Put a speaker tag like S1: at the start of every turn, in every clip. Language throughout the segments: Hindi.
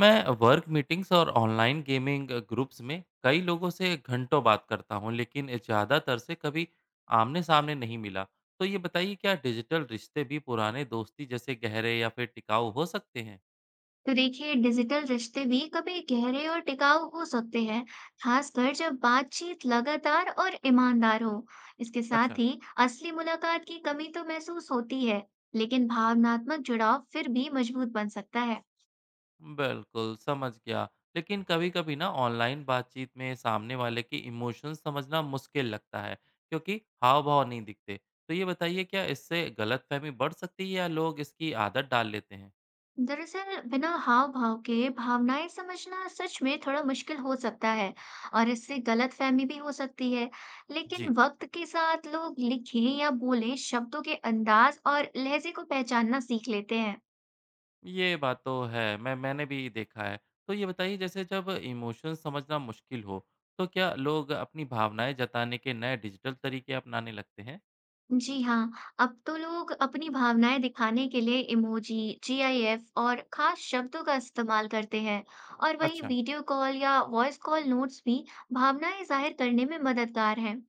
S1: मैं वर्क मीटिंग्स और ऑनलाइन गेमिंग ग्रुप्स में कई लोगों से घंटों बात करता हूँ लेकिन ज़्यादातर से कभी आमने सामने नहीं मिला। तो ये बताइए क्या डिजिटल रिश्ते भी पुराने दोस्ती जैसे गहरे या फिर टिकाऊ हो सकते हैं।
S2: तो देखिए डिजिटल रिश्ते भी कभी गहरे और टिकाऊ हो सकते हैं, खासकर जब बातचीत लगातार और ईमानदार हो। इसके साथ
S1: अच्छा।
S2: ही असली मुलाकात की कमी तो महसूस होती है, लेकिन भावनात्मक जुड़ाव फिर भी मजबूत बन सकता है।
S1: बिल्कुल समझ गया। लेकिन कभी कभी ना ऑनलाइन बातचीत में सामने वाले की इमोशंस समझना मुश्किल लगता है क्योंकि हाव भाव नहीं दिखते। तो ये बताइए क्या इससे गलतफहमी बढ़ सकती है या लोग इसकी आदत डाल लेते हैं।
S2: दरअसल बिना हाव भाव के भावनाएं समझना सच में थोड़ा मुश्किल हो सकता है और इससे गलतफहमी भी हो सकती है। लेकिन
S1: जी।
S2: वक्त के साथ लोग लिखे या बोले शब्दों के अंदाज और लहजे को पहचानना सीख लेते हैं।
S1: ये बात तो है, मैंने भी देखा है। तो ये बताइए जैसे जब इमोशंस समझना मुश्किल हो, तो क्या लोग अपनी भावनाएँ जताने के नए डिजिटल तरीके अपनाने लगते हैं?
S2: जी हाँ, अब तो लोग अपनी भावनाएं दिखाने के लिए इमोजी, जीआईएफ और खास शब्दों का इस्तेमाल करते हैं और वहीं
S1: अच्छा।
S2: वीडियो कॉल या वॉइस कॉल नोट्स भी भावनाएं जाहिर करने में मददगार हैं।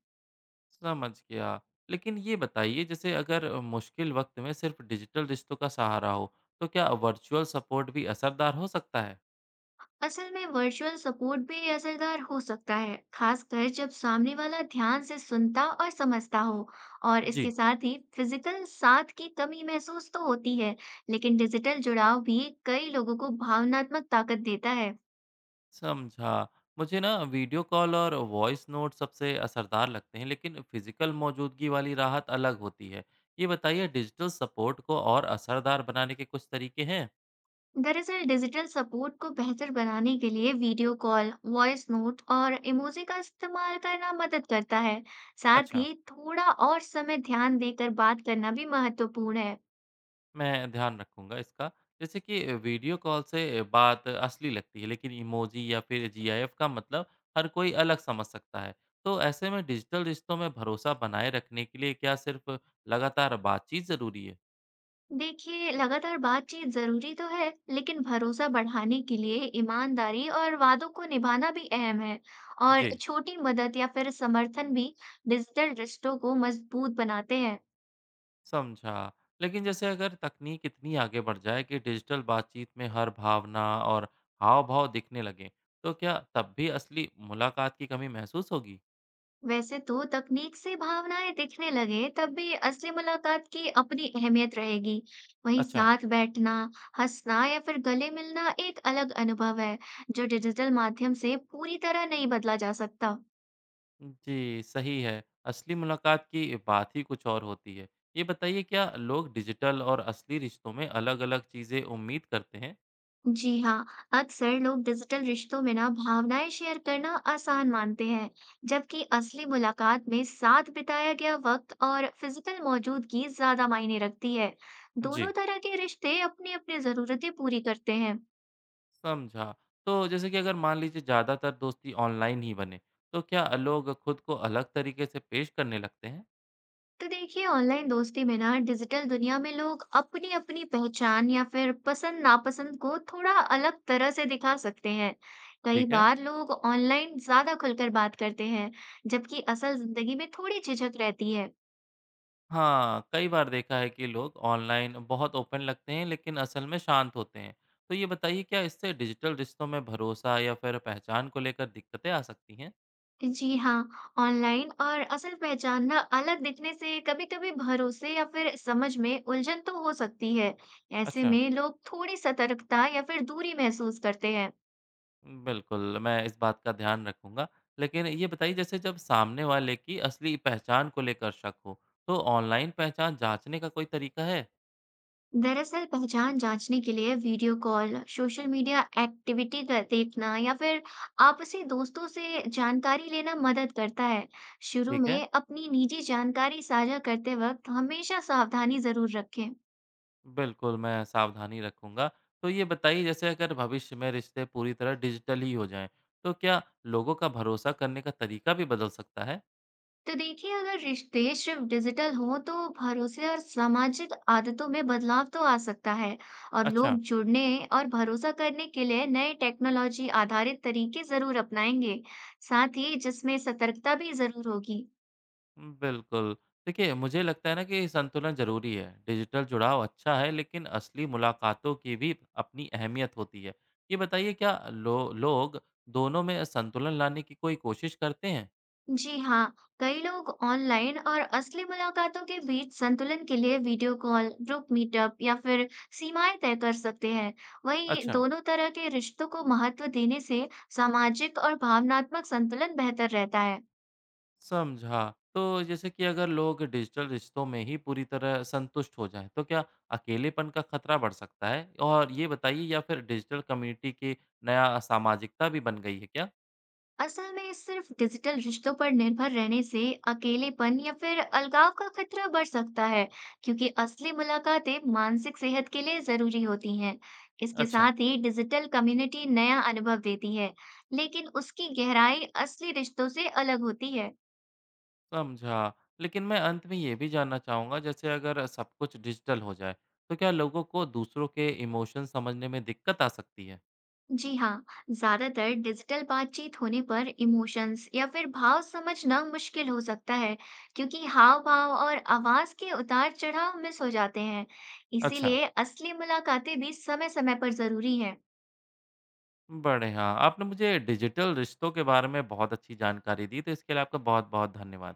S1: समझ गया। लेकिन ये बताइए जैसे अगर मुश्किल वक़्त में सिर्फ डिजिटल रिश्तों का सहारा हो, तो क्या वर्चुअल सपोर्ट भी असरदार हो सकता है?
S2: असल में वर्चुअल सपोर्ट भी असरदार हो सकता है, खासकर जब सामने वाला ध्यान से सुनता और समझता हो और
S1: जी।
S2: इसके साथ ही फिजिकल साथ की कमी महसूस तो होती है, लेकिन डिजिटल जुड़ाव भी कई लोगों को भावनात्मक ताकत देता है।
S1: समझा। मुझे ना वीडियो कॉल और वॉइस नोट सबसे असरदार लगते हैं, लेकिन फिज़िकल मौजूदगी वाली राहत अलग होती है। ये बताइए डिजिटल सपोर्ट को और असरदार बनाने के कुछ तरीके हैं?
S2: दरअसल डिजिटल सपोर्ट को बेहतर बनाने के लिए वीडियो कॉल, वॉइस नोट और इमोजी का इस्तेमाल करना मदद करता है। साथ
S1: अच्छा,
S2: ही थोड़ा और समय ध्यान देकर बात करना भी महत्वपूर्ण है।
S1: मैं ध्यान रखूँगा इसका। जैसे कि वीडियो कॉल से बात असली लगती है, लेकिन इमोजी या फिर जीआईएफ का मतलब हर कोई अलग समझ सकता है। तो ऐसे में डिजिटल रिश्तों में भरोसा बनाए रखने के लिए क्या सिर्फ़ लगातार बातचीत ज़रूरी है?
S2: देखिए, लगातार बातचीत जरूरी तो है, लेकिन भरोसा बढ़ाने के लिए ईमानदारी और वादों को निभाना भी अहम है। और
S1: जी।
S2: छोटी मदद या फिर समर्थन भी डिजिटल रिश्तों को मजबूत बनाते हैं।
S1: समझा। लेकिन जैसे अगर तकनीक इतनी आगे बढ़ जाए कि डिजिटल बातचीत में हर भावना और हाव-भाव दिखने लगे, तो क्या तब भी असली मुलाकात की कमी महसूस होगी?
S2: वैसे तो तकनीक से भावनाएं दिखने लगे तब भी असली मुलाकात की अपनी अहमियत रहेगी। वहीं
S1: अच्छा,
S2: साथ बैठना, हंसना या फिर गले मिलना एक अलग अनुभव है जो डिजिटल माध्यम से पूरी तरह नहीं बदला जा सकता।
S1: जी, सही है। असली मुलाकात की बात ही कुछ और होती है। ये बताइए क्या लोग डिजिटल और असली रिश्तों में अलग-अलग चीज़ें उम्मीद करते हैं?
S2: जी हाँ, अक्सर लोग डिजिटल रिश्तों में ना भावनाएं शेयर करना आसान मानते हैं, जबकि असली मुलाकात में साथ बिताया गया वक्त और फिजिकल मौजूदगी ज्यादा मायने रखती है। दोनों
S1: जी,
S2: तरह के रिश्ते अपनी अपनी जरूरतें पूरी करते हैं।
S1: समझा। तो जैसे कि अगर मान लीजिए ज़्यादातर दोस्ती ऑनलाइन ही बने, तो क्या लोग खुद को अलग तरीके से पेश करने लगते हैं?
S2: तो देखिए, ऑनलाइन दोस्ती में ना डिजिटल दुनिया में लोग अपनी अपनी पहचान या फिर पसंद नापसंद को थोड़ा अलग तरह से दिखा सकते हैं। कई
S1: ठीक है।
S2: बार लोग ऑनलाइन ज्यादा खुलकर बात करते हैं, जबकि असल जिंदगी में थोड़ी झिझक रहती है।
S1: हाँ, कई बार देखा है कि लोग ऑनलाइन बहुत ओपन लगते हैं लेकिन असल में शांत होते हैं। तो ये बताइए क्या इससे डिजिटल रिश्तों में भरोसा या फिर पहचान को लेकर दिक्कतें आ सकती हैं?
S2: जी हाँ, ऑनलाइन और असल पहचान ना अलग दिखने से कभी कभी भरोसे या फिर समझ में उलझन तो हो सकती है। ऐसे
S1: अच्छा।
S2: में लोग थोड़ी सतर्कता या फिर दूरी महसूस करते हैं।
S1: बिल्कुल, मैं इस बात का ध्यान रखूंगा। लेकिन ये बताइए जैसे जब सामने वाले की असली पहचान को लेकर शक हो, तो ऑनलाइन पहचान जांचने का कोई तरीका है?
S2: दरअसल पहचान जांचने के लिए video call, social media activity का देखना या फिर आपसी दोस्तों से जानकारी लेना मदद करता है। शुरू
S1: ठीक है।
S2: में अपनी निजी जानकारी साझा करते वक्त हमेशा सावधानी जरूर रखें।
S1: बिल्कुल, मैं सावधानी रखूँगा। तो ये बताइए जैसे अगर भविष्य में रिश्ते पूरी तरह डिजिटल ही हो जाएँ, तो क्या लोगों का भरोसा करने का तरीका भी बदल सकता है?
S2: तो देखिए, अगर रिश्ते सिर्फ डिजिटल हों तो भरोसे और सामाजिक आदतों में बदलाव तो आ सकता है और
S1: अच्छा।
S2: लोग जुड़ने और भरोसा करने के लिए नए टेक्नोलॉजी आधारित तरीके जरूर अपनाएंगे। साथ ही जिसमें सतर्कता भी जरूर होगी।
S1: बिल्कुल। देखिए, मुझे लगता है ना कि संतुलन ज़रूरी है। डिजिटल जुड़ाव अच्छा है लेकिन असली मुलाकातों की भी अपनी अहमियत होती है। ये बताइए क्या लो लोग दोनों में संतुलन लाने की कोई कोशिश करते हैं?
S2: जी हाँ, कई लोग ऑनलाइन और असली मुलाकातों के बीच संतुलन के लिए वीडियो कॉल, ग्रुप मीटअप या फिर सीमाएं तय कर सकते हैं। वहीं
S1: अच्छा।
S2: दोनों तरह के रिश्तों को महत्व देने से सामाजिक और भावनात्मक संतुलन बेहतर रहता है।
S1: समझा। तो जैसे कि अगर लोग डिजिटल रिश्तों में ही पूरी तरह संतुष्ट हो जाएँ, तो क्या अकेलेपन का खतरा बढ़ सकता है? और ये बताइए या फिर डिजिटल कम्युनिटी की नया सामाजिकता भी बन गई है क्या?
S2: असल में सिर्फ डिजिटल रिश्तों पर निर्भर रहने से अकेलेपन या फिर अलगाव का खतरा बढ़ सकता है, क्योंकि असली मुलाकातें मानसिक सेहत के लिए जरूरी होती हैं। इसके
S1: अच्छा।
S2: साथ ही डिजिटल कम्युनिटी नया अनुभव देती है, लेकिन उसकी गहराई असली रिश्तों से अलग होती है।
S1: समझा। लेकिन मैं अंत में ये भी जानना चाहूँगा जैसे अगर सब कुछ डिजिटल हो जाए, तो क्या लोगों को दूसरों के इमोशन समझने में दिक्कत आ सकती है?
S2: जी हाँ, ज्यादातर डिजिटल बातचीत होने पर इमोशंस या फिर भाव समझना मुश्किल हो सकता है, क्योंकि हाव भाव और आवाज के उतार चढ़ाव मिस हो जाते हैं।
S1: अच्छा।
S2: इसीलिए असली मुलाकातें भी समय समय पर जरूरी है।
S1: बढ़िया। आपने मुझे डिजिटल रिश्तों के बारे में बहुत अच्छी जानकारी दी, तो इसके लिए आपका बहुत-बहुत धन्यवाद।